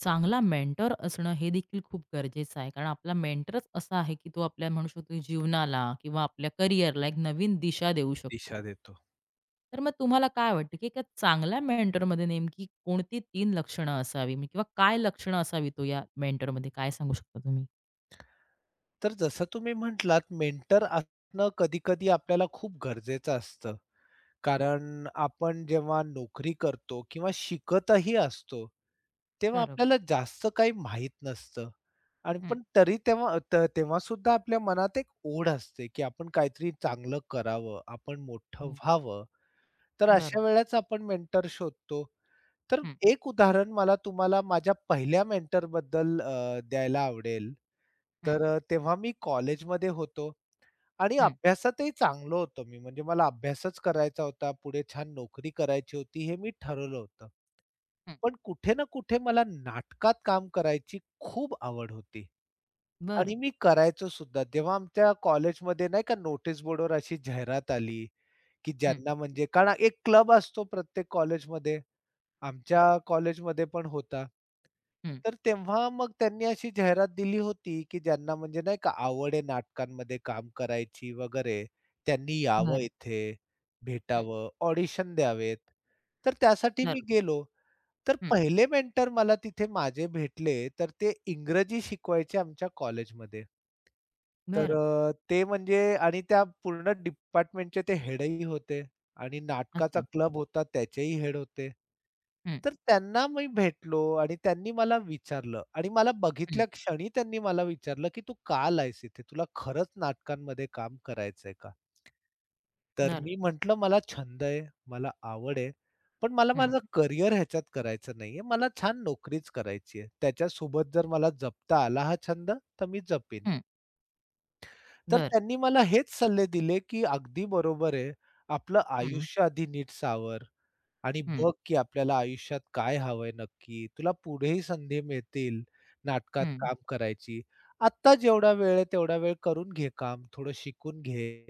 चांगला मेंटर असणं हे देखील खूप गरजेचं आहे. कारण आपला मेंटरच असा आहे, की तो आपल्या म्हणू शकतो की जीवनाला किंवा आपल्या करिअरला एक नवीन दिशा देऊ शकतो. दिशा देतो. तर मग तुम्हाला काय वाटतं, की एका चांगल्या मेंटरमध्ये नेमकी कोणती तीन लक्षणं असावी म्हणजे किंवा काय लक्षणं असावी तो या मेंटरमध्ये काय सांगू शकता तुम्ही? तर जसं तुम्ही म्हटलात, मेंटर असणं कधी-कधी आपल्याला खूप गरजेचं असतं. हं, कारण आपण जेव्हा नोकरी करतो किंवा शिकतही असतो, तेव्हा बरोबर. आपल्याला जास्त काही माहीत नसतं. आणि हं, पण तरी तेव्हा सुद्धा आपल्या मनात एक ओढ असते, की आपण काहीतरी चांगलं करावं, आपण मोठं हं. व्हावं. तर अशा बरोबर. वेळेच आपण मेंटर शोधतो. तर हं, एक उदाहरण मला तुम्हाला माझ्या पहिल्या मेंटरबद्दल द्यायला आवडेल. हं, तर तेव्हा मी कॉलेजमध्ये होतो आणि हं, अभ्यासातही चांगलो होतो मी. म्हणजे मला अभ्यासच करायचा होता. पुढे छान नोकरी करायची होती हे मी ठरवलं होतं. हं. पण कुठे ना कुठे मला नाटकात काम करायची खूप आवड होती बरं. आणि मी करायचो सुद्धा. जेव्हा आमच्या कॉलेजमध्ये नाही का नोटीस बोर्डवर अशी जाहिरात आली, की हं, ज्यांना म्हणजे कारण एक क्लब असतो प्रत्येक कॉलेजमध्ये. हं, आमच्या कॉलेजमध्ये पण होता. हं. तर तेव्हा मग त्यांनी अशी जाहिरात दिली होती, की ज्यांना म्हणजे नाही का आवड आहे नाटकांमध्ये काम करायची वगैरे, त्यांनी यावं बरं. इथे, हं, भेटावं, ऑडिशन द्यावेत. तर त्यासाठी मी बरोबर. गेलो. तर हं, पहिले मेंटर मला तिथे माझे भेटले, तर ते इंग्रजी शिकवायचे आमच्या कॉलेजमध्ये. तर बरं. ते म्हणजे आणि त्या पूर्ण डिपार्टमेंटचे ते हेडही होते आणि नाटकाचा अच्छा. क्लब होता त्याचेही हेड होते. हं, तर त्यांना मी भेटलो आणि त्यांनी मला विचारलं आणि मला हं. बघितल्या क्षणी त्यांनी मला विचारलं, "की तू का आलायस इथे? तुला खरंच नाटकांमध्ये काम करायचंय का?" तर बरं. मी म्हटलं, "मला छंद आहे, मला आवड आहे, पण मला हं, माझं करियर ह्याच्यात करायचं नाहीये. मला छान नोकरीच करायची आहे. त्याच्यासोबत जर मला जपता आला हा छंद, तर मी जपेन." हं. तर बरं. त्यांनी मला हेच सल्ले दिले, की "अगदी बरोबर आहे. आपलं हं, आयुष्य आधी नीट सावर आणि हं, बघ, की आपल्याला आयुष्यात काय हवंय नक्की. तुला पुढेही संधी मिळतील नाटकात हं, काम करायची. आत्ता जेवढा वेळ आहे, तेवढा वेळ करून घे काम. थोडं शिकून घे."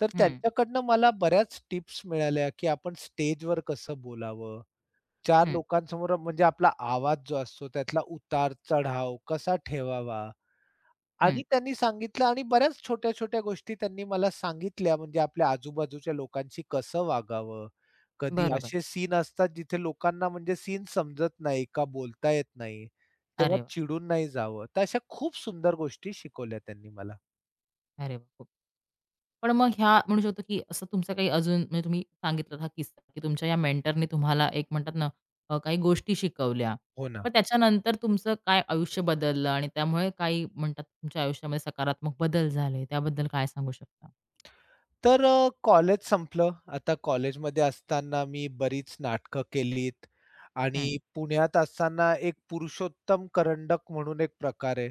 तर हं, त्यांच्याकडनं मला बऱ्याच टिप्स मिळाल्या, की आपण स्टेजवर कसं बोलावं, 4 हं, लोकांसमोर म्हणजे आपला आवाज जो असतो त्यातला उतार-चढाव कसा ठेवावा हं. आणि त्यांनी सांगितलं आणि बऱ्याच छोट्या-छोट्या गोष्टी त्यांनी मला सांगितल्या, म्हणजे आपल्या आजूबाजूच्या लोकांशी कसं वागावं. कधी बरोबर. असे सीन असतात जिथे लोकांना म्हणजे सीन समजत नाही का बोलता येत नाही, तेव्हा अरे वाह! चिडून नाही जावं. तर अशा खूप सुंदर गोष्टी शिकवल्या त्यांनी मला. अरे वाह! खूप. पण मग ह्या म्हणू शकतो, की असं तुमचं काही अजून म्हणजे तुम्ही सांगितलात हा किस्सा, की तुमच्या या मेंटरने तुम्हाला एक म्हणतात ना, काही गोष्टी शिकवल्या. हो ना. पण त्याच्यानंतर तुमचं काय आयुष्य बदललं आणि त्यामुळे काही म्हणतात तुमच्या आयुष्यामध्ये सकारात्मक बदल झाले. त्याबद्दल काय सांगू शकता? तर कॉलेज संपलं. आता कॉलेजमध्ये असताना मी बरीच नाटकं केलीत आणि हं, पुण्यात असताना एक पुरुषोत्तम करंडक म्हणून एक प्रकार आहे.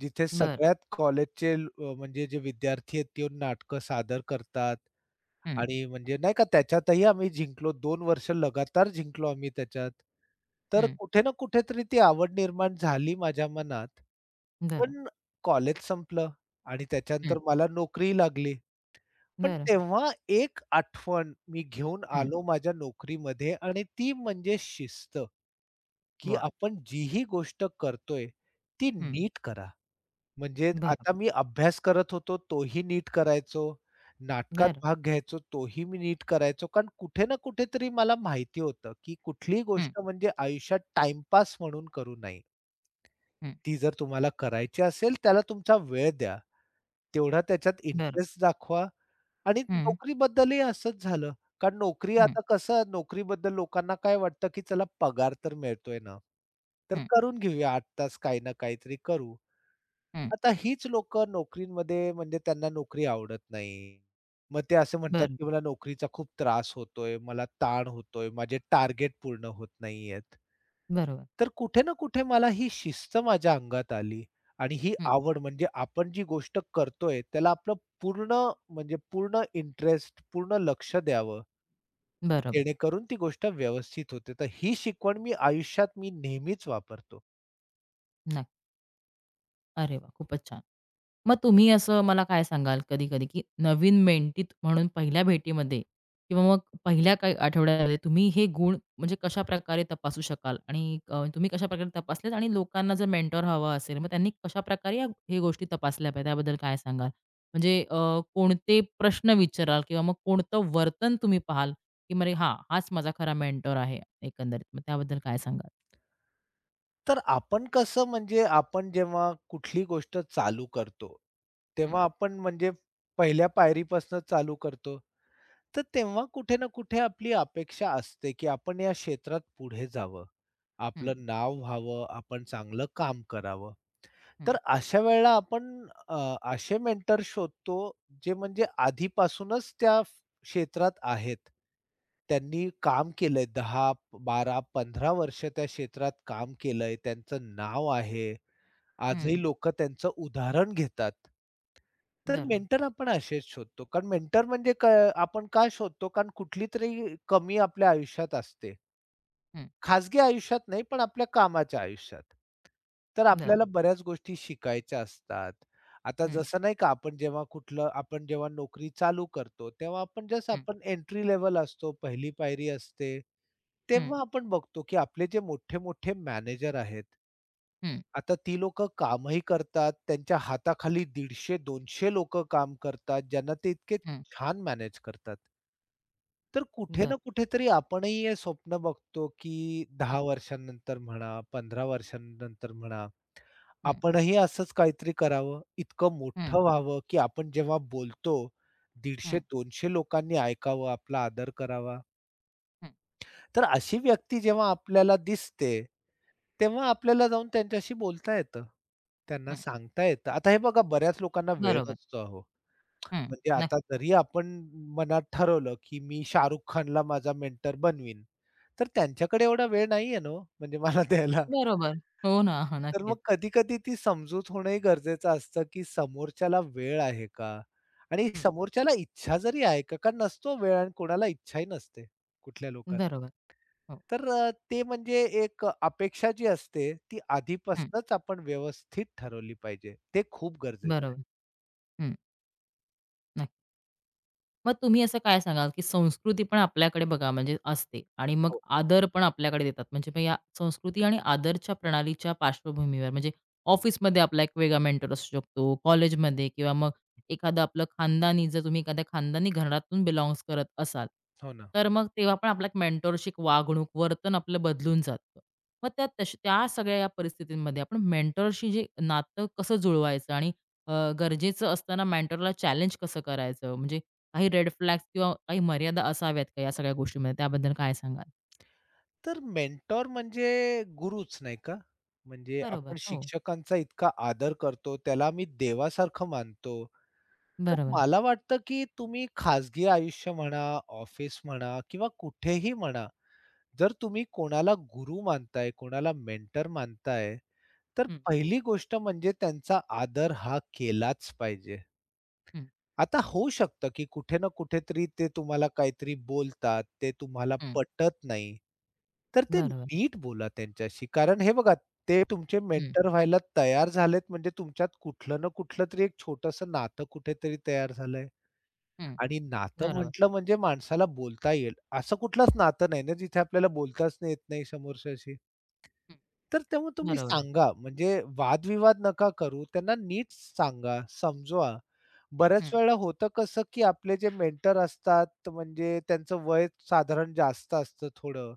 जिथे बरं. सगळ्यात कॉलेजचे म्हणजे जे विद्यार्थी आहेत ते येऊन नाटकं सादर करतात. हं, आणि म्हणजे नाही का त्याच्यातही आम्ही जिंकलो. 2 वर्ष लगातार जिंकलो आम्ही त्याच्यात. तर हं. कुठे ना कुठेतरी ती आवड निर्माण झाली माझ्या मनात. बरं. पण कॉलेज संपलं आणि हं, त्याच्यानंतर मला नोकरी लागली. पण बरं. तेव्हा एक आठवण मी घेऊन हं. आलो माझ्या नोकरीमध्ये आणि ती म्हणजे शिस्त, की वाह! आपण जी ही गोष्ट करतोय ती हं. नीट करा. म्हणजे बरं, आता मी अभ्यास करत होतो, तोही नीट करायचो. नाटकात बरं. भाग घ्यायचो, तोही मी नीट करायचो. कारण कुठे ना कुठेतरी मला माहिती होतं, की कुठलीही हं, गोष्ट म्हणजे आयुष्यात टाईमपास म्हणून करू नये. हं. ती जर तुम्हाला करायची असेल, त्याला तुमचा वेळ द्या. तेवढा त्याच्यात बरं. इंटरेस्ट दाखवा आणि हं, नोकरीबद्दलही असंच झालं. कारण नोकरी हं, आता कसं नोकरीबद्दल लोकांना काय वाटतं, की चला पगार तर मिळतोय ना, तर हं, करून घेऊया 8 तास काही ना काहीतरी करू. हं. आता हीच लोकं नोकरीमध्ये म्हणजे त्यांना नोकरी आवडत नाही. मग ते असं म्हणतात, बरं. की "मला नोकरीचा खूप त्रास होतोय, मला ताण होतोय, माझे टार्गेट पूर्ण होत नाहीयेत." बरोबर. तर कुठे ना कुठे मला ही शिस्त माझ्या अंगात आली आणि ही हं. आवड म्हणजे आपण जी गोष्ट करतोय त्याला आपलं पूर्ण म्हणजे पूर्ण इंटरेस्ट, पूर्ण लक्ष द्यावं, बरोबर. जेणेकरून ती गोष्ट व्यवस्थित होते. तर ही शिकवण मी आयुष्यात नेहमीच वापरतो. नक्की. अरे वा, खूपच छान. मग तुम्ही असं मला काय सांगाल कधी-कधी, की नवीन मेंटीत म्हणून पहिल्या भेटीमध्ये किंवा मग पहिल्या काही आठवड्यामध्ये तुम्ही हे गुण म्हणजे कशाप्रकारे तपासू शकाल आणि तुम्ही कशाप्रकारे तपासलेत आणि लोकांना जर मेंटॉर हवा असेल, मग त्यांनी कशाप्रकारे या हे गोष्टी तपासल्या पाहिजेत त्याबद्दल काय सांगाल? म्हणजे, कोणते प्रश्न विचाराल किंवा मग कोणतं वर्तन तुम्ही पाहाल, की "अरे हां, हाच माझा खरा मेंटॉर आहे," एकंदरीत. मग त्याबद्दल काय सांगाल? तर आपण कसं म्हणजे आपण जेव्हा कुठली गोष्ट चालू करतो, हं, तेव्हा आपण म्हणजे पहिल्या पायरीपासून चालू करतो. तर तेव्हा कुठे ना कुठे आपली अपेक्षा असते, की आपण या क्षेत्रात पुढे जावं, हं, आपलं नाव व्हावं, आपण चांगलं काम करावं. हं, तर अशा वेळेला आपण असे मेंटर शोधतो, जे म्हणजे आधीपासूनच त्या क्षेत्रात आहेत. त्यांनी काम केलंय 10, 12, 15 वर्ष त्या क्षेत्रात काम केलंय. त्यांचं नाव आहे. आजही हं. लोक त्यांचं उदाहरण घेतात. तर बरोबर. मेंटर आपण असेच शोधतो. कारण मेंटर म्हणजे आपण का शोधतो? कारण कुठलीतरी कमी आपल्या आयुष्यात असते. हं. खाजगी आयुष्यात नाही, पण आपल्या कामाच्या आयुष्यात. तर बरं. आपल्याला बऱ्याच गोष्टी शिकायच्या असतात. आता हं, जसं नाही का आपण जेव्हा नोकरी चालू करतो, तेव्हा आपण जस्ट हं, आपण एंट्री लेवल असतो, पहिली पायरी असते. हं, तेव्हा आपण बघतो, की आपले जे मोठे-मोठे मॅनेजर आहेत. हं, आता ती लोकं कामही करतात. त्यांच्या हाताखाली 150-200 लोकं काम करतात, ज्यांना ते इतके हं. छान मॅनेज करतात. तर कुठे बरं. ना कुठेतरी आपणही हे स्वप्न बघतो, की हं, 10 वर्षांनंतर म्हणा, 15 वर्षांनंतर म्हणा, हं, आपणही असंच काहीतरी करावं, इतकं हं, मोठं व्हावं, की आपण जेव्हा बोलतो 150 हं, 200 लोकांनी ऐकावं, आपला आदर करावा. हं, तर अशी व्यक्ती जेव्हा आपल्याला दिसते, तेव्हा आपल्याला जाऊन त्यांच्याशी बोलता येतं. त्यांना हं. सांगता येतं. आता हे बघा बऱ्याच लोकांना वेळ बरोबर. नसतो अहो. हं. म्हणजे आता नक्की. जरी आपण मनात ठरवलं, की मी शाहरुख खानला माझा मेंटर बनवीन, तर त्यांच्याकडे एवढा वेळ नाहीये ना हो, म्हणजे मला द्यायला. बरोबर. हो ना. हां, तर नक्कीच. मग कधी-कधी ती समजूत होणंही गरजेचं असतं, की समोरच्याला वेळ आहे का? आणि हं. समोरच्याला इच्छा जरी आहे का? कारण नसतो वेळ आणि कोणाला इच्छाही नसते कुठल्या लोकांना. बरोबर. हो. तर ते म्हणजे एक अपेक्षा जी असते, ती हं. आधीपासूनच आपण व्यवस्थित ठरवली पाहिजे. ते खूप गरजेचं आहे. बरोबर. हं. नक्की. मग तुम्ही असं काय सांगाल, की संस्कृती पण आपल्याकडे बघा म्हणजे असते आणि मग हो, आदर पण आपल्याकडे देतात. म्हणजे मग या संस्कृती आणि आदरच्या प्रणालीच्या पार्श्वभूमीवर म्हणजे ऑफिसमध्ये आपला एक वेगळा मेंटर असू शकतो, कॉलेजमध्ये किंवा मग एखादं आपलं खानदानी जर तुम्ही एखाद्या खानदानी घरातून बिलॉन्ग्स करत असाल, हो ना. तर मग तेव्हा पण आपला एक मेंटोरशिप वागणूक, वर्तन आपलं बदलून जातं. मग त्या तशा त्या सगळ्या या परिस्थितींमध्ये आपण मेंटरशी जे नातं कसं जुळवायचं आणि अ, गरजेचं असताना मेंटरला चॅलेंज कसं करायचं? म्हणजे काही रेड फ्लॅग्स किंवा काही मर्यादा असाव्यात का या सगळ्या गोष्टीमध्ये? त्याबद्दल काय सांगाल? तर मेंटॉर म्हणजे गुरुच नाही का? म्हणजे आपण बरोबर. हो, शिक्षकांचा इतका आदर करतो, त्याला मी देवासारखं मानतो. तर बरोबर. मला वाटतं, की तुम्ही खाजगी आयुष्य म्हणा, ऑफिस म्हणा किंवा कुठेही म्हणा, जर तुम्ही कोणाला गुरु मानताय, कोणाला मेंटर मानताय, तर हं, पहिली गोष्ट म्हणजे त्यांचा आदर हा केलाच पाहिजे. हं, आता होऊ शकतं, की कुठे ना कुठेतरी ते तुम्हाला काहीतरी बोलतात, ते तुम्हाला हं. पटत नाही. तर ते बरोबर. नीट बोला त्यांच्याशी. कारण हे बघा, ते तुमचे हं, मेंटर व्हायला तयार झालेत म्हणजे तुमच्यात कुठलं ना कुठलं तरी एक छोटंसं नातं कुठेतरी तयार झालंय. हं. आणि नातं बरोबर. म्हटलं म्हणजे माणसाला बोलता येईल. असं कुठलंच नातं नाही ना जिथे आपल्याला बोलताच नाही येत नाही समोरच्याशी. हं, तर तेव्हा तुम्ही बरोबर. सांगा म्हणजे वादविवाद नका करू. त्यांना नीट सांगा, समजवा. बऱ्याच हं, वेळेला होतं कसं, की आपले जे मेंटर असतात, तर म्हणजे त्यांचं वय साधारण जास्त असतं थोडं.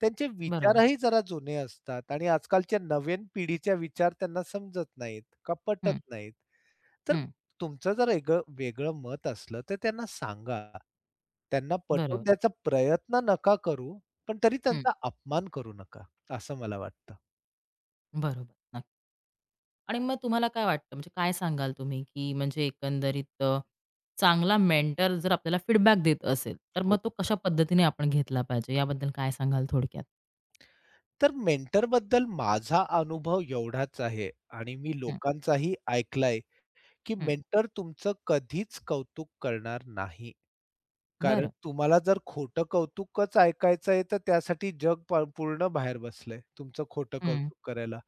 त्यांचे बरोबर. विचारही जरा जुने असतात आणि आजकालच्या नवीन पिढीच्या विचार त्यांना समजत नाहीत का पटत हं, नाहीत. तर हं. तुमचं जर वेगळं वेगळं मत असलं, तर त्यांना सांगा. त्यांना पटवून बरोबर. द्यायचा प्रयत्न नका करू, पण तरी हं, त्यांचा अपमान करू नका, असं मला वाटतं. बरोबर. नक्की. आणि मग तुम्हाला काय वाटतं म्हणजे काय सांगाल तुम्ही, की म्हणजे एकंदरीत, चांगला मेंटर जर आपल्याला फीडबॅक देत असेल, तर मग हो. तो कशा पद्धतीने आपण घेतला पाहिजे याबद्दल काय सांगाल थोडक्यात? तर मेंटरबद्दल माझा अनुभव एवढाच आहे आणि मी हं, लोकांचाही ऐकलाय, की हं. मेंटर तुमचं कधीच कौतुक करणार नाही. कारण बरं. तुम्हाला जर खोटं कौतुकच ऐकायचं आहे, तर त्यासाठी जग पूर्ण बाहेर बसलंय तुमचं खोटं हं. कौतुक करायला.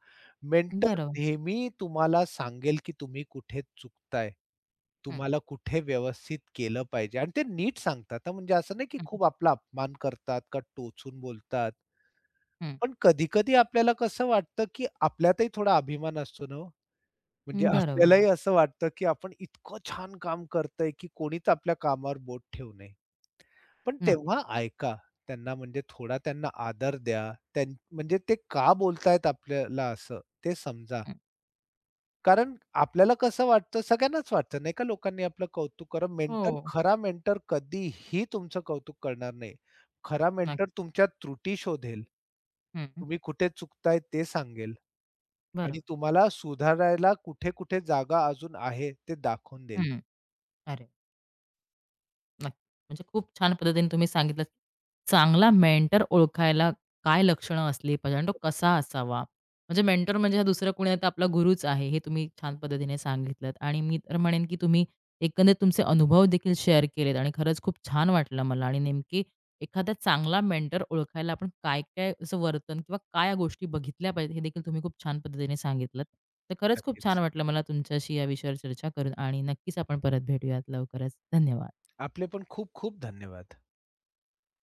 मेंटर बरोबर. नेहमी तुम्हाला सांगेल, की तुम्ही कुठे चुकताय. हं, तुम्हाला कुठे व्यवस्थित केलं पाहिजे आणि ते नीट सांगतात हां, म्हणजे असं नाही, की हं, खूप आपला अपमान करतात का टोचून बोलतात. हं. पण कधी-कधी आपल्याला कसं वाटतं, की आपल्यातही थोडा अभिमान असतो ना हो. म्हणजे बरोबर. आपल्यालाही असं वाटतं, की आपण इतकं छान काम करतोय, की कोणीच आपल्या कामावर बोट ठेवू नये. पण नक्कीच. तेव्हा ऐका. त्यांना म्हणजे थोडा त्यांना आदर द्या. म्हणजे ते का बोलतायत आपल्याला असं ते समजा. हं. कारण आपल्याला कसं वाटतं, सगळ्यांनाच वाटतं नाही का लोकांनी आपलं कौतुक करावं. मेंटर हो. खरा मेंटर कधीही तुमचं कौतुक करणार नाही. खरा मेंटर नक्की. तुमच्या त्रुटी शोधेल. हं. तुम्ही कुठे चुकताय ते सांगेल. आणि बरोबर. तुम्हाला सुधारायला कुठे-कुठे जागा अजून आहे, ते दाखवून देईल. हं. अरे नक्की. म्हणजे खूप छान पद्धतीने तुम्ही सांगितलं. की चांगला मेंटर ओळखायला काय लक्षणं असली पाहिजे आणि तो कसा असावा? म्हणजे मेंटर म्हणजे हा दुसरा कोणी नाही तर आपला गुरुच आहे, हे तुम्ही छान पद्धतीने सांगितलत आणि मी तर म्हणेन, की तुम्ही एकंदरीत तुमचे अनुभव देखील शेअर केलेत आणि खरंच खूप छान वाटलं मला आणि नेमकी एखादा चांगला मेंटर ओळखायला आपण काय-काय असं वर्तन किंवा काय या गोष्टी बघितल्या पाहिजेत, हे देखील तुम्ही खूप छान पद्धतीने सांगितलत. तर खरंच खूप छान नक्कीच. वाटलं मला तुमच्याशी या विषयावर चर्चा करून आणि नक्कीच आपण परत भेटूयात लवकरच. धन्यवाद. आपले पण खूप-खूप धन्यवाद.